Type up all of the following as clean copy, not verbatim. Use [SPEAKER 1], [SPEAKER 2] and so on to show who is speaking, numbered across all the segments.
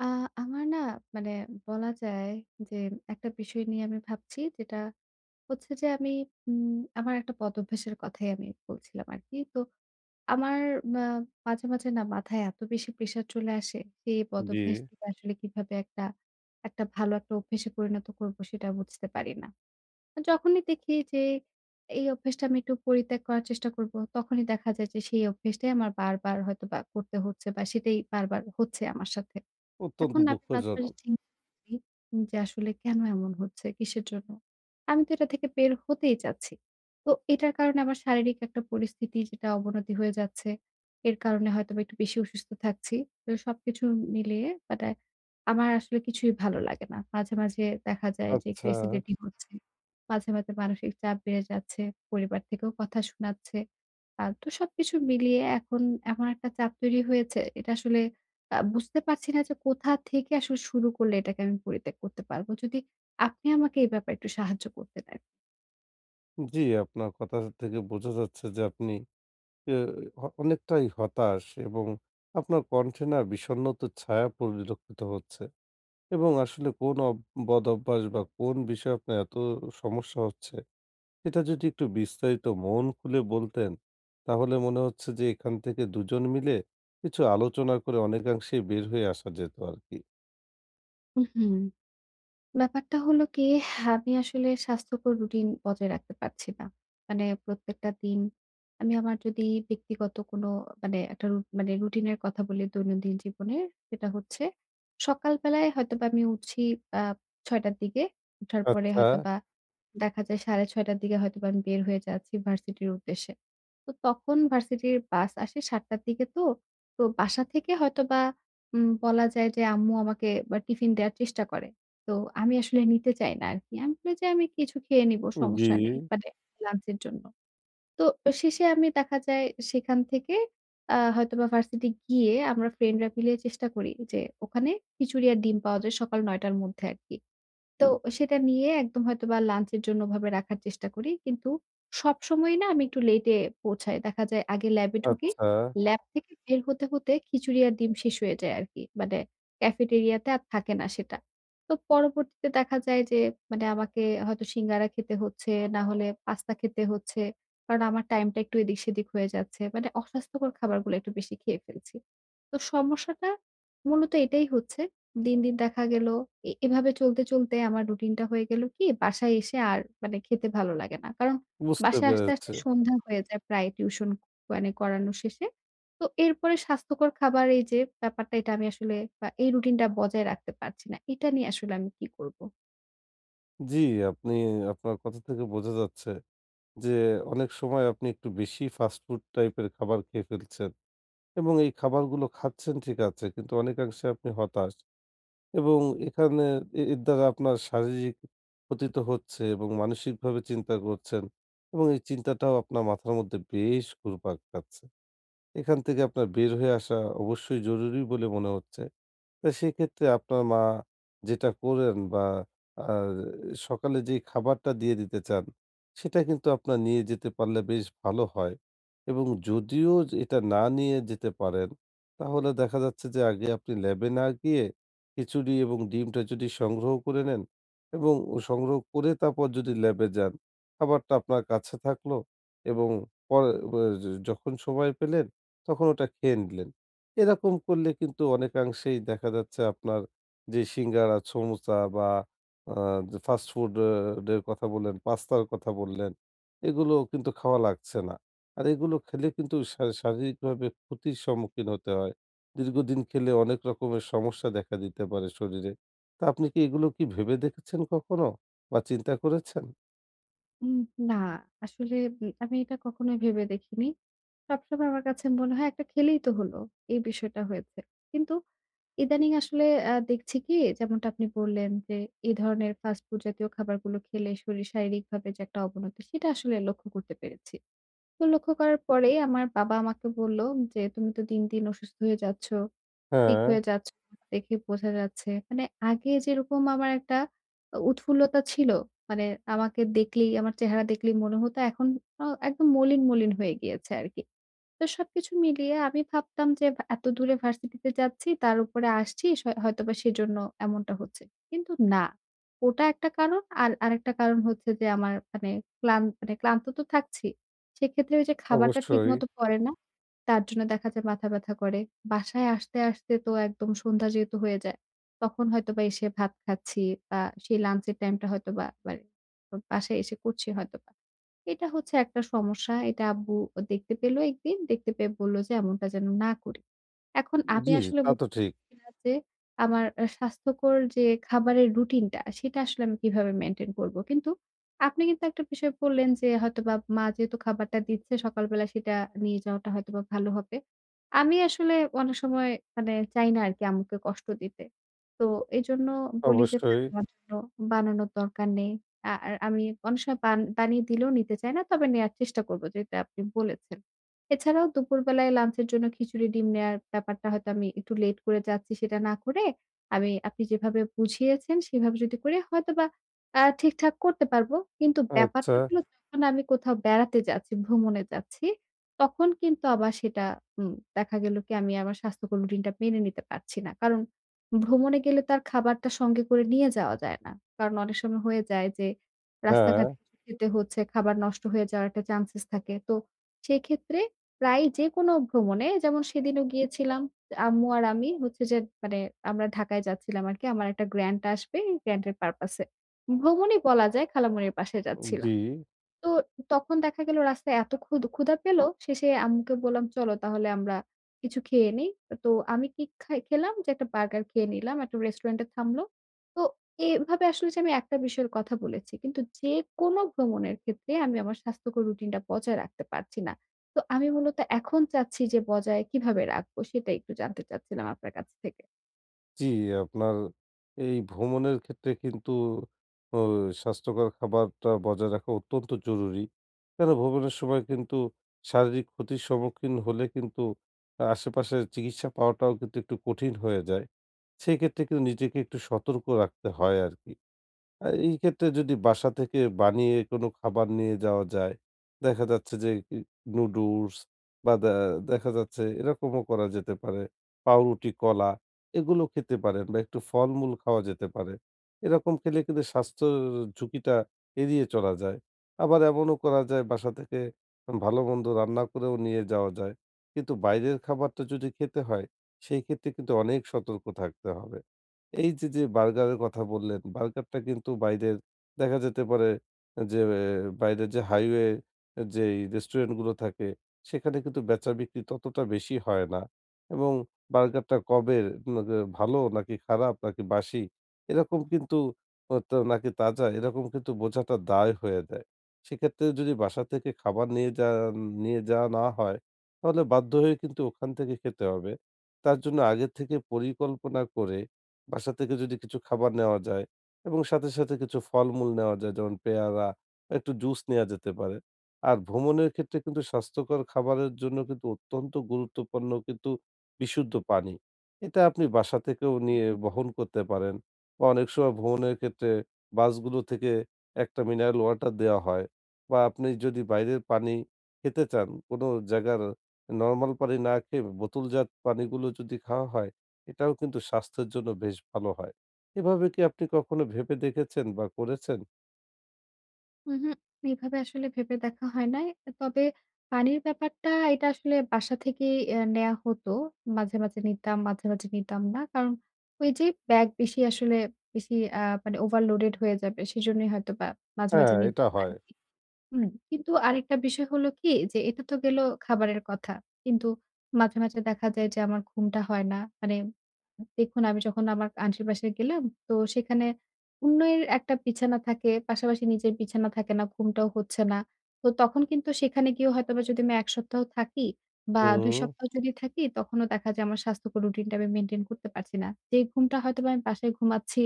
[SPEAKER 1] আ আমার না মানে বলা যায় যে একটা বিষয় নিয়ে আমি ভাবছি যেটা হচ্ছে যে আমি আমার একটা বদভ্যাসের কথাই আমি বলছিলাম আরকি। তো আমার মা মাঝে, মাঝে না মাথায় এত বেশি প্রেশার চলে আসে সেই
[SPEAKER 2] জি,
[SPEAKER 1] বদভ্যাস থেকে আসলে কিভাবে একটা ভালো একটা অভ্যাসে পরিণত করব সেটা বুঝতে পারি না। যখনই দেখি যে এই অভ্যাসটা আমি একটু পরিত্যাগ করার চেষ্টা করব তখনই দেখা যায় যে সেই অভ্যাসটাই আমার বারবার হয়তোবা করতে হচ্ছে বা সেটাই বারবার হচ্ছে আমার সাথে।
[SPEAKER 2] অত্যন্ত
[SPEAKER 1] এখন আমি মাঝে,
[SPEAKER 2] দুঃখজনক।
[SPEAKER 1] মাঝে চিন্তা করি যে আসলে কেন এমন হচ্ছে? কিসের জন্য? আমি তো এটা থেকে বের হতেই চাচ্ছি। তো এটার কারণে আমার শারীরিক একটা পরিস্থিতি যেটা অবনতি হয়ে যাচ্ছে। এর কারণে হয়তোবা একটু বেশি অসুস্থ থাকছি। তো সবকিছু মিলিয়ে বাট আমার আসলে কিছুই ভালো লাগে না। মাঝে, মাঝে দেখা যায় যে একটু
[SPEAKER 2] আচ্ছা,
[SPEAKER 1] অ্যাসিডিটি হচ্ছে। মাঝে, মাঝে মানসিক চাপ বেড়ে যাচ্ছে। পরিবার থেকেও কথা শোনাচ্ছে। তো সবকিছু মিলিয়ে এখন এমন একটা চাপ তৈরি হয়েছে এটা আসলে বুঝতে পারছি না যে কোথা থেকে আসলে শুরু করলে এটাকে আমি পরিত্যাগ করতে পারবো। যদি আপনি আমাকে এই ব্যাপারে একটু সাহায্য করতে দেন।
[SPEAKER 2] জি, আপনার কথা থেকে বোঝা যাচ্ছে যে আপনি এ অ অনেকটাই হতাশ এবং আপনার কণ্ঠে না বিষণ্ণতার ছায়া পরিলক্ষিত হচ্ছে এবং আসলে কোন বদ অভ্যাস বা কোন বিষয়ে আপনার এত সমস্যা হচ্ছে, সেটা যদি একটু বিস্তারিত মন খুলে বলতেন, তাহলে মনে হচ্ছে যে এখান থেকে দুজন মিলে কিছু আলোচনা করে অনেকাংশেই বের হয়ে আসা যেত আরকি।
[SPEAKER 1] উহুম। ব্যাপারটা হলো কি আমি আসলে স্বাস্থ্যকর রুটিন বজায় রাখতে পারছি না। মানে প্রত্যেকটা দিন আমি আমার যদি ব্যক্তিগত কোনো মানে একটা মানে রুটিনের কথা বলি দৈনন্দিন জীবনের সেটা হচ্ছে সকাল বেলায় হয়তোবা আমি উঠছি আ ৬ঃ০০ টার দিকে। উঠার পরে
[SPEAKER 2] আচ্ছা,
[SPEAKER 1] হয়তোবা দেখা যায় ৬:৩০ র দিকে হয়তোবা আমি বের হয়ে যাচ্ছি ভার্সিটির উদ্দেশ্যে। তো তখন ভার্সিটির বাস আসে ৭:০০ র দিকে তো। তো বাসা থেকে হয়তোবা বলা যায় যে আম্মু আমাকে বা টিফিন দেয়ার চেষ্টা করে। তো আমি আসলে নিতে চাই না আরকি। আমি বলি যে, "আমি কিছু খেয়ে নিবো
[SPEAKER 2] জি,
[SPEAKER 1] সমস্যা নেই।" মানে লাঞ্চ এর জন্য। তো শেষে আমি দেখা যায় সেখান থেকে হয়তোবা ভার্সিটি গিয়ে আমরা ফ্রেন্ডরা মিলে চেষ্টা করি যে ওখানে খিচুড়ি আর ডিম পাওয়া যায় সকাল ৯:০০ র মধ্যে আরকি। তো সেটা নিয়ে একদম হয়তোবা লাঞ্চের জন্য ওভাবে রাখার চেষ্টা করি। কিন্তু সবসময়ই না আমি একটু লেটে পৌঁছাই। দেখা যায় আগে ল্যাবে ঢুকি।
[SPEAKER 2] আচ্ছা,
[SPEAKER 1] ল্যাব থেকে বের হতে, হতে খিচুড়ি আর ডিম শেষ হয়ে যায় আরকি। মানে ক্যাফেটেরিয়াতে আর থাকে না সেটা। তো পরবর্তীতে দেখা যায় যে মানে আমাকে হয়তো সিঙ্গারা খেতে হচ্ছে, না হলে পাস্তা খেতে হচ্ছে। কারণ আমার টাইমটা একটু এদিক-সেদিক হয়ে যাচ্ছে। মানে অস্বাস্থ্যকর খাবারগুলো একটু বেশি খেয়ে ফেলছি। তো সমস্যাটা মূলত এটাই হচ্ছে। দিন, দিন দেখা গেল এভাবে চলতে, চলতে আমার রুটিনটা হয়ে গেল কি বাসায় এসে আর মানে খেতে ভালো লাগে না। কারণ
[SPEAKER 2] বুঝতে
[SPEAKER 1] বাসায় আসতে, আসতে
[SPEAKER 2] পেরেছি।
[SPEAKER 1] সন্ধ্যা হয়ে যায় প্রায় টিউশন মানে করানো শেষে। তো এরপরে স্বাস্থ্যকর খাবার এই যে ব্যাপারটা এটা আমি আসলে বা এই রুটিনটা বজায় রাখতে পারছি না। এটা নিয়ে আসলে আমি কি করব?
[SPEAKER 2] জি, আপনি আপনার কথা থেকে বোঝা যাচ্ছে যে অনেক সময় আপনি একটু বেশি ফাস্ট ফুড টাইপের খাবার খেয়ে ফেলছেন এবং এই খাবারগুলো খাচ্ছেন ঠিক আছে, কিন্তু অনেকাংশে আপনি হতাশ এবং এখানে এর দ্বারা আপনার শারীরিক ক্ষতি তো হচ্ছে এবং মানসিকভাবে চিন্তা করছেন এবং এই চিন্তাটাও আপনার মাথার মধ্যে বেশ ঘুরপাক খাচ্ছে। এখান থেকে আপনার বের হয়ে আসা অবশ্যই জরুরি বলে মনে হচ্ছে। তো সেক্ষেত্রে আপনার মা যেটা করেন বা আ সকালে যে খাবারটা দিয়ে দিতে চান, সেটা কিন্তু আপনার নিয়ে যেতে পারলে বেশ ভালো হয় এবং যদিও যে এটা না নিয়ে যেতে পারেন, তাহলে দেখা যাচ্ছে যে আগে আপনি ল্যাবে না গিয়ে খিচুড়ি এবং ডিমটা যদি সংগ্রহ করে নেন এবং ও সংগ্রহ করে তারপর যদি ল্যাবে যান, খাবারটা আপনার কাছে থাকলো এবং পরে যখন সময় পেলেন, তখন ওটা খেয়ে নিলেন। এরকম করলে কিন্তু অনেকাংশেই দেখা যাচ্ছে আপনার যে সিঙ্গারা, সমোসা বা আ যে ফাস্ট ফুড এর কথা বললেন, পাস্তার কথা বললেন, এগুলো কিন্তু খাওয়া লাগছে না। আর এগুলো খেলে কিন্তু শারীরিকভাবে ক্ষতির সম্মুখীন হতে হয়। দীর্ঘদিন খেলে অনেক রকমের সমস্যা দেখা দিতে পারে শরীরে। তা আপনি কি এগুলো কি ভেবে দেখেছেন কখনো বা চিন্তা করেছেন?
[SPEAKER 1] উম না আসলে আমি এটা কখনোই ভেবে দেখিনি। সবসময় আমার কাছে মনে হয় একটা খেলেই তো হলো। এই বিষয়টা হয়েছে। কিন্তু ইদানিং আসলে দেখছি কি যেমনটা আপনি বললেন যে, এই ধরনের ফাস্ট ফুড জাতীয় খাবারগুলো খেলে শরীর শারীরিকভাবে যে একটা অবনতি সেটা আসলে লক্ষ্য করতে পেরেছি। তো লক্ষ্য করার পরে আমার বাবা আমাকে বলল যে, "তুমি তো দিন, দিন অসুস্থ হয়ে যাচ্ছ। ঠিক
[SPEAKER 2] হ্যাঁ,
[SPEAKER 1] হয়ে যাচ্ছ দেখে বোঝা যাচ্ছে। মানে আগে যেরকম আমার একটা উৎফুল্লতা ছিল। মানে আমাকে দেখলেই আমার চেহারা দেখলেই মনে হতো এখন একদম মলিন, মলিন হয়ে গিয়েছে আরকি। তো সবকিছু মিলিয়ে আমি ভাবতাম যে এত দূরে ভার্সিটিতে যাচ্ছি তার উপরে আসছি হয়তোবা সেজন্য এমনটা হচ্ছে। কিন্তু না। ওটা একটা কারণ আর আরেকটা কারণ হচ্ছে যে আমার মানে মানে ক্লান্ত তো থাকছি। সেক্ষেত্রে ওই যে খাবারটা
[SPEAKER 2] অবশ্যই।
[SPEAKER 1] ঠিকমতো পড়ে না। তার জন্য দেখা যায় মাথা ব্যথা করে। বাসায় আসতে, আসতে তো একদম সন্ধ্যা যেহেতু হয়ে যায়, তখন হয়তোবা এসে ভাত খাচ্ছি বা সেই লাঞ্চের টাইমটা হয়তোবা মানে বাসায় এসে করছি হয়তোবা। এটা হচ্ছে একটা সমস্যা। এটা আব্বু দেখতে পেল একদিন। দেখতে পেয়ে বলল যে এমনটা যেন না করি। এখন আমি
[SPEAKER 2] জি, জি,
[SPEAKER 1] আসলে
[SPEAKER 2] তা তো
[SPEAKER 1] বুঝতে
[SPEAKER 2] ঠিক।
[SPEAKER 1] পারছি না যে আমার স্বাস্থ্যকর যে খাবারের রুটিনটা সেটা আসলে আমি কিভাবে মেইনটেইন করব? কিন্তু আপনি কিন্তু একটা বিষয় বললেন যে হয়তোবা মা যেহেতু খাবারটা দিচ্ছে সকালবেলা সেটা নিয়ে যাওয়াটা হয়তোবা ভালো হবে। আমি আসলে অনেক সময় মানে চাই না আরকি আম্মুকে কষ্ট দিতে। তো এজন্য বলি যে, "থাক
[SPEAKER 2] অবশ্যই।
[SPEAKER 1] আমার জন্য বানানোর দরকার নেই।" আর আমি অনেক সময় বানিয়ে দিলেও নিতে চাই না। তবে নেয়ার চেষ্টা করব যেটা আপনি বলেছেন। এছাড়াও দুপুরবেলায় লাঞ্চের জন্য খিচুড়ি ডিম নেয়ার ব্যাপারটা হয়তো আমি একটু লেট করে যাচ্ছি সেটা না করে আমি আপনি যেভাবে বুঝিয়েছেন সেভাবে যদি করি হয়তোবা ঠিকঠাক করতে পারবো। কিন্তু
[SPEAKER 2] আচ্ছা,
[SPEAKER 1] ব্যাপারটা হলো যখন আমি কোথাও বেড়াতে যাচ্ছি, ভ্রমণে যাচ্ছি, তখন কিন্তু আবার সেটা দেখা গেল কি আমি আমার স্বাস্থ্যকর রুটিনটা মেনে নিতে পারছি না। কারণ ভ্রমণে গেলে তো আর খাবারটা সঙ্গে করে নিয়ে যাওয়া যায় না। কারণ অনেক সময় হয়ে যায় যে
[SPEAKER 2] হ্যাঁ,
[SPEAKER 1] রাস্তাঘাটে কিছু খেতে হচ্ছে, খাবার নষ্ট হয়ে যাওয়ার একটা চান্সেস থাকে। তো সেক্ষেত্রে প্রায় যেকোনো ভ্রমণে যেমন সেদিনও গিয়েছিলাম, আম্মু আর আমি হচ্ছে যে মানে আমরা ঢাকায় যাচ্ছিলাম আরকি। আমার একটা গ্র্যান্ড আসবে, গ্র্যান্ড এর পারপাস এ। ভ্রমণই বলা যায় খালামণির বাসায় যাচ্ছিলাম।
[SPEAKER 2] জি।
[SPEAKER 1] তো তখন দেখা গেল রাস্তায় এত ক্ষুধা পেল, শেষে আম্মুকে বললাম, "চলো তাহলে আমরা কিছু খেয়ে নেই।" তো আমি কি খাই খেলাম যে একটা বার্গার খেয়ে নিলাম। একটা রেস্টুরেন্টে থামলো। তো এভাবে আসলে যে আমি একটা বিষয়ের কথা বলেছি। কিন্তু যেকোনো ভ্রমণের ক্ষেত্রে আমি আমার স্বাস্থ্যকর রুটিনটা বজায় রাখতে পারছি না। তো আমি মূলত এখন চাচ্ছি যে বজায় কিভাবে রাখবো সেটা একটু জানতে চাচ্ছিলাম আপনার কাছ থেকে।
[SPEAKER 2] জি, আপনার এই ভ্রমণের ক্ষেত্রে কিন্তু ও স্বাস্থ্যকর খাবারটা বজায় রাখা অত্যন্ত জরুরি। কেন ভ্রমণের সময় কিন্তু শারীরিক ক্ষতির সম্মুখীন হলে কিন্তু আশেপাশে চিকিৎসা পাওয়াটাও কিন্তু একটু কঠিন হয়ে যায়। সেই ক্ষেত্রে কিন্তু নিজেকে একটু সতর্ক রাখতে হয় আরকি। এই ক্ষেত্রে যদি বাসা থেকে বানিয়ে কোনো খাবার নিয়ে যাওয়া যায়, দেখা যাচ্ছে যে ই নুডলস বা দেখা যাচ্ছে এরকমও করা যেতে পারে। পাউরুটি, কলা এগুলো খেতে পারেন বা একটু ফলমূল খাওয়া যেতে পারে। এরকম খেলে কিন্তু স্বাস্থ্যর ঝুঁকিটা এড়িয়ে চলা যায়। আবার এমনও করা যায় বাসা থেকে ভালো-মন্দ রান্না করেও নিয়ে যাওয়া যায়। কিন্তু বাইরের খাবারটা যদি খেতে হয়, সেই ক্ষেত্রে কিন্তু অনেক সতর্ক থাকতে হবে। এই যে, যে বার্গারের কথা বললেন, বার্গারটা কিন্তু বাইরের দেখা যেতে পারে যে আহ, বাইরের যে হাইওয়ে যেই রেস্টুরেন্টগুলো থাকে সেখানে কিন্তু বেচা বিক্রি ততটা বেশি হয় না এবং বার্গারটা কবে ন গে ভালো নাকি খারাপ নাকি বাসি এরকম কিন্তু তো নাকি তাজা এরকম কিন্তু বোঝাটা দায় হয়ে যায়। সেক্ষেত্রে যদি বাসা থেকে খাবার নিয়ে যান নিয়ে যাওয়া না হয় তাহলে বাধ্য হয়ে কিন্তু ওখান থেকে খেতে হবে। তার জন্য আগে থেকে পরিকল্পনা করে বাসা থেকে যদি কিছু খাবার নেওয়া যায় এবং সাথে, সাথে কিছু ফলমূল নেওয়া যায় যেমন পেয়ারা, একটু জুস নেয়া যেতে পারে। আর ভ্রমণের ক্ষেত্রে কিন্তু স্বাস্থ্যকর খাবারের জন্য কিন্তু অত্যন্ত গুরুত্বপূর্ণ কিন্তু বিশুদ্ধ পানি। এটা আপনি বাসা থেকেও নিয়ে বহন করতে পারেন বা অনেক সময় ভ্রমণের ক্ষেত্রে বাসগুলো থেকে একটা মিনারেল ওয়াটার দেওয়া হয় বা আপনি যদি বাইরের পানি খেতে চান, কোনো জায়গার নরমাল পানি না খেয়ে বোতলজাত পানিগুলো যদি খাওয়া হয় এটাও কিন্তু স্বাস্থ্যের জন্য বেশ ভালো হয়। এভাবে কি আপনি কখনো ভেবে দেখেছেন বা করেছেন?
[SPEAKER 1] উহু, এভাবে আসলে ভেবে দেখা হয় নাই। তবে পানির ব্যাপারটা এটা আসলে বাসা থেকেই নেয়া হতো। মাঝে, মাঝে নিতাম, মাঝে, মাঝে নিতাম না। কারণ ওই যে ব্যাগ বেশি আসলে বেশি মানে ওভারলোডেড হয়ে যাবে। সেজন্যই হয়তো বা মাঝে,
[SPEAKER 2] হ্যাঁ,
[SPEAKER 1] মাঝে
[SPEAKER 2] এটা
[SPEAKER 1] নিতাম না
[SPEAKER 2] হয়।
[SPEAKER 1] আরকি। হুম, কিন্তু আরেকটা বিষয় হলো কি যে এটা তো গেল খাবারের কথা। কিন্তু মাঝে, মাঝে দেখা যায় যে আমার ঘুমটা হয় না। মানে দেখুন আমি যখন আমার আন্টির বাসায় গেলাম তো সেখানে অন্যের একটা বিছানা থাকে, পাশাপাশি নিজের বিছানা থাকে না, ঘুমটাও হচ্ছে না। তো তখন কিন্তু সেখানে গিয়েও হয়তোবা যদি আমি ১ সপ্তাহ থাকি বা ২
[SPEAKER 2] হুম,
[SPEAKER 1] সপ্তাহ যদি থাকি তখনও দেখা যায় আমার স্বাস্থ্যকর রুটিনটা আমি মেইনটেইন করতে পারছি না। যেই ঘুমটা হয়তোবা আমি বাসায় ঘুমাচ্ছি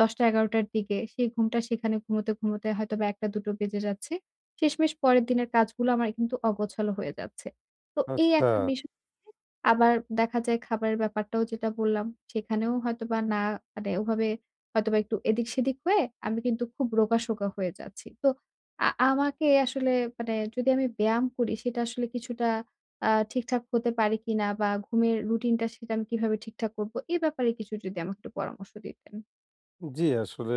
[SPEAKER 1] ১০টা ১১টার দিকে, সেই ঘুমটা সেখানে ঘুমোতে, ঘুমোতে হয়তোবা ১টা ২টো বেজে যাচ্ছে। শেষমেশ পরের দিনের কাজগুলো আমার কিন্তু অগোছালো হয়ে যাচ্ছে। তো এই
[SPEAKER 2] আচ্ছা।
[SPEAKER 1] একটা বিষয় নিয়ে আবার দেখা যায় খাবারের ব্যাপারটাও যেটা বললাম, সেখানেও হয়তোবা না মানে ওভাবে হয়তোবা একটু এদিক-সেদিক হয়ে আমি কিন্তু খুব রোগাশোকা হয়ে যাচ্ছি। তো আমাকে আসলে মানে যদি আমি ব্যায়াম করি সেটা আসলে কিছুটা ঠিকঠাক হতে পারি কিনা বা ঘুমের রুটিনটা সেটা আমি কিভাবে ঠিকঠাক করব? এ ব্যাপারে কিছু যদি আমাকে একটু পরামর্শ দিতেন।
[SPEAKER 2] জি, আসলে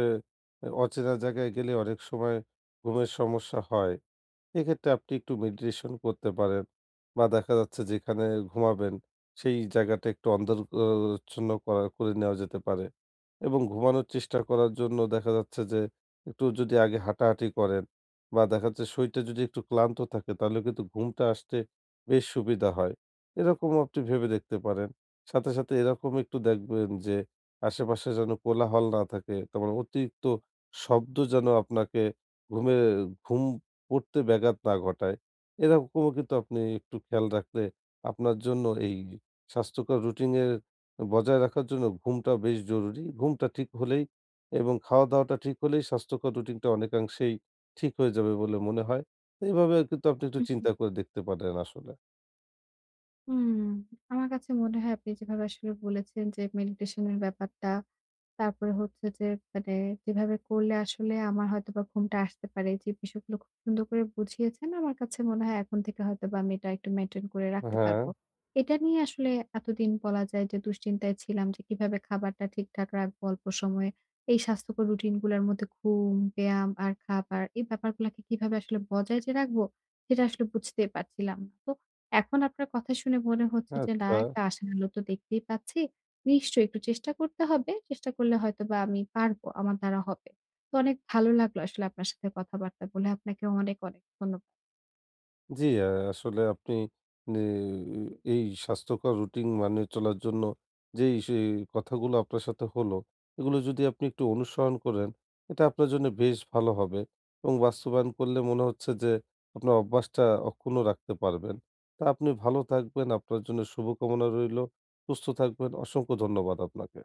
[SPEAKER 2] অচেনা জায়গায় গেলে অনেক সময় ঘুমের সমস্যা হয়। এক্ষেত্রে আপনি একটু মেডিটেশন করতে পারেন বা দেখা যাচ্ছে যেখানে ঘুমাবেন সেই জায়গাটা একটু অন্ধকারাচ্ছন্ন করা করে নেওয়া যেতে পারে। এবং ঘুমানোর চেষ্টা করার জন্য দেখা যাচ্ছে যে একটু যদি আগে হাঁটাহাঁটি করেন বা দেখা যাচ্ছে শরীরটা যদি একটু ক্লান্ত থাকে তাহলে কিন্তু ঘুমটা আসতে বেশ সুবিধা হয়। এরকমও আপনি ভেবে দেখতে পারেন। সাথে, সাথে এরকম একটু দেখবেন যে আশেপাশে যেন কোলাহল না থাকে। তারপর অতিরিক্ত শব্দ যেন আপনাকে ঘুমে ঘুম পড়তে ব্যাঘাত না ঘটায়। এরকমও কিন্তু আপনি একটু খেয়াল রাখলে আপনার জন্য এই স্বাস্থ্যকর রুটিনের বজায় রাখার জন্য ঘুমটা বেশ জরুরি। ঘুমটা ঠিক হলেই এবং খাওয়া-দাওয়াটা ঠিক হলেই স্বাস্থ্যকর রুটিনটা অনেকাংশেই ঠিক হয়ে যাবে বলে মনে হয়। এভাবে কিন্তু আপনি একটু চিন্তা করে দেখতে পারেন আসলে।
[SPEAKER 1] হুম, আমার কাছে মনে হয় আপনি যেভাবে আসলে বলেছেন যে মেডিটেশন এর ব্যাপারটা, তারপরে হচ্ছে যে মানে যেভাবে করলে আসলে আমার হয়তোবা ঘুমটা আসতে পারে, যে বিষয়গুলো খুব সুন্দর করে বুঝিয়েছেন। আমার কাছে মনে হয় এখন থেকে হয়তোবা আমি এটা একটু মেইনটেইন করে রাখতে
[SPEAKER 2] হ্যাঁ,
[SPEAKER 1] পারবো। এটা নিয়ে আসলে এতদিন বলা যায় যে দুশ্চিন্তায় ছিলাম যে কিভাবে খাবারটা ঠিকঠাক রাখবো অল্প সময়ে। এই স্বাস্থ্যকর রুটিন গুলার মধ্যে ঘুম, ব্যায়াম আর খাবার এই ব্যাপারগুলাকে কিভাবে আসলে বজায় যে রাখবো সেটা আসলে বুঝতেই পারছিলাম না। তো এখন আপনার কথা শুনে মনে হচ্ছে যে না
[SPEAKER 2] আচ্ছা।
[SPEAKER 1] একটা আশার আলো তো দেখতেই পাচ্ছি। নিশ্চয়ই একটু চেষ্টা করতে হবে। চেষ্টা করলে হয়তোবা আমি পারবো। আমার দ্বারা হবে। তো অনেক ভালো লাগলো আসলে আপনার সাথে কথাবার্তা বলে। আপনাকে অনেক, অনেক ধন্যবাদ।
[SPEAKER 2] জি, আসলে আপনি নি এই স্বাস্থ্যকর রুটিন মানে চলার জন্য যেই সে কথাগুলো আপনার সাথে হলো, এগুলো যদি আপনি একটু অনুসরণ করেন, এটা আপনার জন্য বেশ ভালো হবে এবং বাস্তবায়ন করলে মনে হচ্ছে যে আপনার অভ্যাসটা অক্ষুণ্ণ রাখতে পারবেন। তা আপনি ভালো থাকবেন। আপনার জন্য শুভকামনা রইলো। সুস্থ থাকবেন। অসংখ্য ধন্যবাদ আপনাকে।